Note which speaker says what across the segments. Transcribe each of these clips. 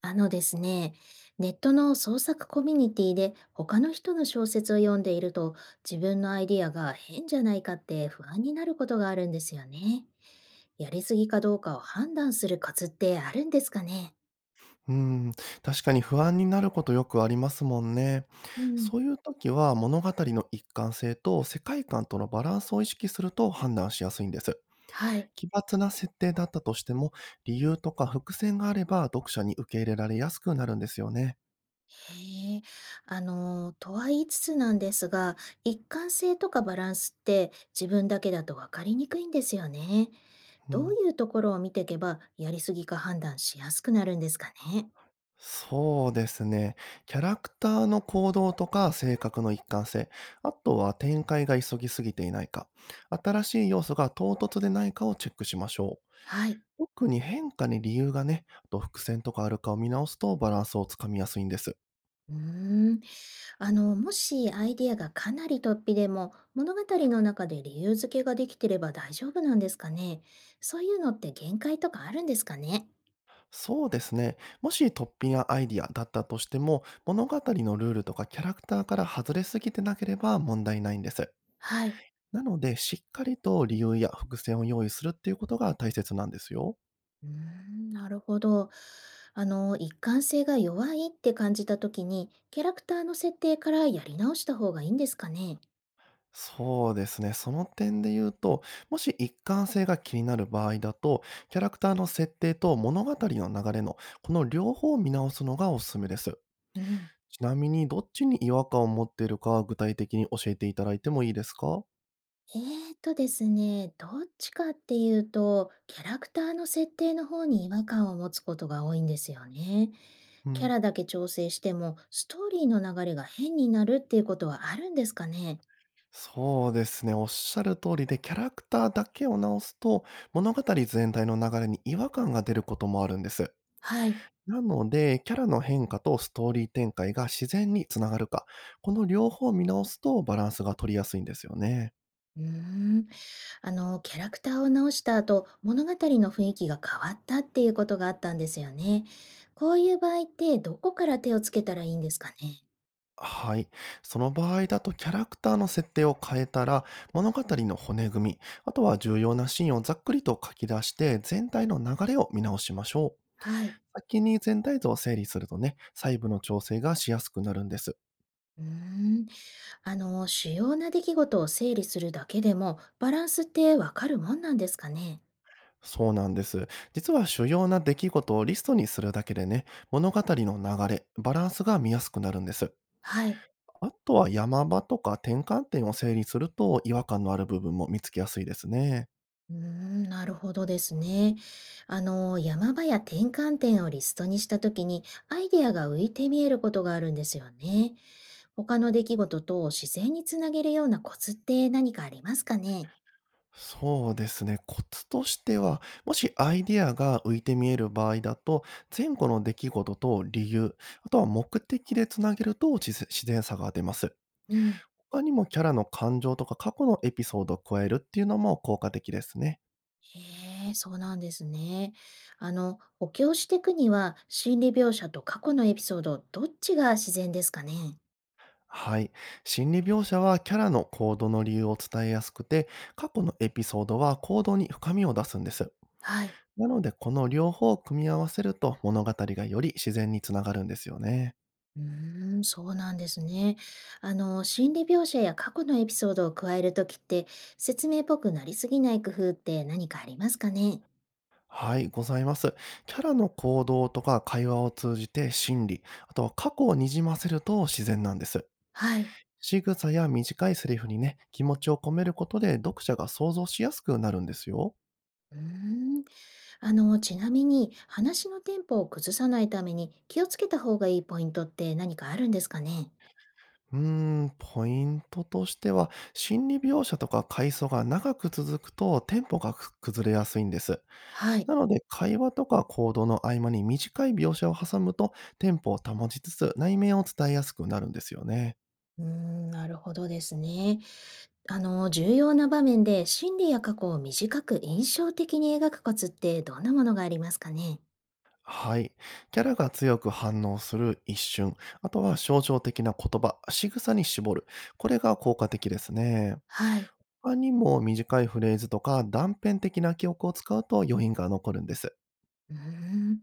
Speaker 1: あのですね、ネットの創作コミュニティで他の人の小説を読んでいると自分のアイディアが変じゃないかって不安になることがあるんですよね。やりすぎかどうかを判断するコツってあるんですかね？
Speaker 2: うん、確かに不安になることよくありますもんね。
Speaker 1: うん、
Speaker 2: そういう時は物語の一貫性と世界観とのバランスを意識すると判断しやすいんです。
Speaker 1: はい。
Speaker 2: 奇抜な設定だったとしても、理由とか伏線があれば読者に受け入れられやすくなるんですよね。
Speaker 1: へえ。とは言いつつなんですが、一貫性とかバランスって自分だけだと分かりにくいんですよね。
Speaker 2: う
Speaker 1: どう
Speaker 2: ん、
Speaker 1: いうところを見ていけばやりすぎか判断しやすくなるんですかね？
Speaker 2: そうですね。キャラクターの行動とか性格の一貫性、あとは展開が急ぎすぎていないか、新しい要素が唐突でないかをチェックしましょう。
Speaker 1: はい。
Speaker 2: 特に変化に理由がね、あと伏線とかあるかを見直すとバランスをつかみやすいんです。
Speaker 1: うーん。もしアイデアがかなり突飛でも、物語の中で理由付けができてれば大丈夫なんですかね。そういうのって限界とかあるんですかね。
Speaker 2: そうですね。もし突飛やアイディアだったとしても、物語のルールとかキャラクターから外れすぎてなければ問題ないんです。
Speaker 1: はい。
Speaker 2: なので、しっかりと理由や伏線を用意するっていうことが大切なんですよ。
Speaker 1: うーん、なるほど。一貫性が弱いって感じた時に、キャラクターの設定からやり直した方がいいんですかね。
Speaker 2: そうですね。その点で言うと、もし一貫性が気になる場合だと、キャラクターの設定と物語の流れの、この両方を見直すのがおすすめです。
Speaker 1: うん。
Speaker 2: ちなみに、どっちに違和感を持っているか、具体的に教えていただいてもいいですか？
Speaker 1: えーですね、どっちかっていうと、キャラクターの設定の方に違和感を持つことが多いんですよね。
Speaker 2: う
Speaker 1: キャ
Speaker 2: ん。
Speaker 1: ラだけ調整しても、ストーリーの流れが変になるっていうことはあるんですかね。
Speaker 2: そうですね。おっしゃる通りで、キャラクターだけを直すと、物語全体の流れに違和感が出ることもあるんです。
Speaker 1: はい。
Speaker 2: なので、キャラの変化とストーリー展開が自然につながるか、この両方を見直すとバランスが取りやすいんですよね。
Speaker 1: うーん、キャラクターを直した後、物語の雰囲気が変わったっていうことがあったんですよね。こういう場合って、どこから手をつけたらいいんですかね。
Speaker 2: はい。その場合だとキャラクターの設定を変えたら、物語の骨組み、あとは重要なシーンをざっくりと書き出して、全体の流れを見直しましょう。
Speaker 1: はい。
Speaker 2: 先に全体像を整理するとね、細部の調整がしやすくなるんです。
Speaker 1: うーん、主要な出来事を整理するだけでも、バランスってわかるもんなんですかね。
Speaker 2: そうなんです。実は主要な出来事をリストにするだけでね、物語の流れ、バランスが見やすくなるんです。
Speaker 1: はい。
Speaker 2: あとは山場とか転換点を整理すると違和感のある部分も見つけやすいですね。
Speaker 1: うーん、なるほどですね。山場や転換点をリストにしたときに、アイデアが浮いて見えることがあるんですよね。他の出来事と自然につなげるようなコツって何かありますかね。
Speaker 2: そうですね。コツとしては、もしアイデアが浮いて見える場合だと、前後の出来事と理由、あとは目的でつなげると自然さが出ます。
Speaker 1: うん。
Speaker 2: 他にもキャラの感情とか過去のエピソードを加えるっていうのも効果的ですね。
Speaker 1: へえ、そうなんですね。補強していくには、心理描写と過去のエピソード、どっちが自然ですかね。
Speaker 2: はい。心理描写はキャラの行動の理由を伝えやすくて、過去のエピソードは行動に深みを出すんです。
Speaker 1: はい。
Speaker 2: なので、この両方を組み合わせると物語がより自然につながるんですよね。
Speaker 1: うーん、そうなんですね。心理描写や過去のエピソードを加えるときって、説明っぽくなりすぎない工夫って何かありますかね？
Speaker 2: はい、ございます。キャラの行動とか会話を通じて心理、あとは過去をにじませると自然なんです。
Speaker 1: はい。
Speaker 2: 仕草や短いセリフにね、気持ちを込めることで読者が想像しやすくなるんですよ。
Speaker 1: うーん。ちなみに、話のテンポを崩さないために気をつけた方がいいポイントって何かあるんですかね？
Speaker 2: うーポイントとしては、心理描写とか回想が長く続くとテンポが崩れやすいんです。
Speaker 1: はい。
Speaker 2: なので、会話とか行動の合間に短い描写を挟むと、テンポを保ちつつ内面を伝えやすくなるんですよね。
Speaker 1: うーん、なるほどですね。重要な場面で心理や過去を短く印象的に描くコツってどんなものがありますかね？
Speaker 2: はい。キャラが強く反応する一瞬、あとは象徴的な言葉、仕草に絞る。これが効果的ですね。
Speaker 1: はい。
Speaker 2: 他にも短いフレーズとか断片的な記憶を使うと余韻が残るんです。
Speaker 1: うーん。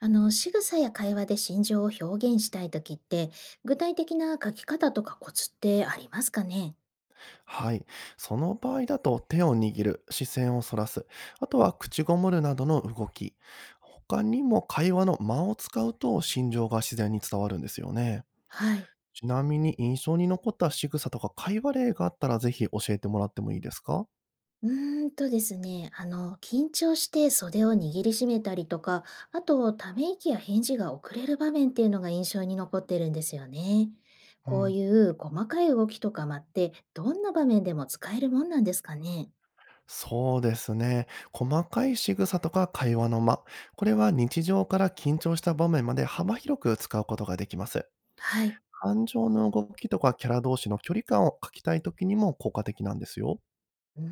Speaker 1: 仕草や会話で心情を表現したいときって、具体的な書き方とかコツってありますかね？
Speaker 2: はい。その場合だと手を握る、視線をそらす、あとは口ごもるなどの動き。他にも会話の間を使うと心情が自然に伝わるんですよね。
Speaker 1: はい。
Speaker 2: ちなみに印象に残った仕草とか会話例があったらぜひ教えてもらってもいいですか？
Speaker 1: うですね、緊張して袖を握りしめたりとか、あと、ため息や返事が遅れる場面っていうのが印象に残ってるんですよね。
Speaker 2: う
Speaker 1: こう
Speaker 2: ん。
Speaker 1: いう細かい動きとか間って、どんな場面でも使えるもんなんですかね？
Speaker 2: そうですね。細かい仕草とか会話の間。これは日常から緊張した場面まで幅広く使うことができます。
Speaker 1: はい。
Speaker 2: 感情の動きとかキャラ同士の距離感を書きたい時にも効果的なんですよ。
Speaker 1: うー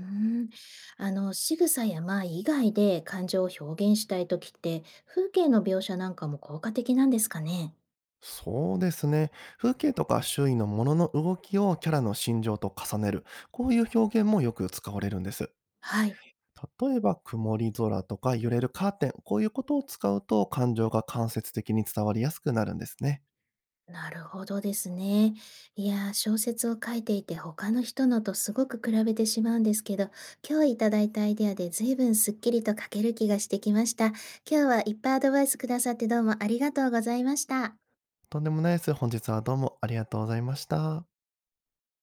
Speaker 1: ん、あの仕草や間以外で感情を表現したい時って風景の描写なんかも効果的なんですかね？
Speaker 2: そうですね。風景とか周囲のものの動きをキャラの心情と重ねる。こういう表現もよく使われるんです。
Speaker 1: はい。
Speaker 2: 例えば、曇り空とか揺れるカーテン。こういうことを使うと感情が間接的に伝わりやすくなるんですね。
Speaker 1: なるほどですね。いやー、小説を書いていて他の人のとすごく比べてしまうんですけど、今日いただいたアイデアで随分すっきりと書ける気がしてきました。今日はいっぱいアドバイスくださってどうもありがとうございました。
Speaker 2: とんでもないです。本日はどうもありがとうございました。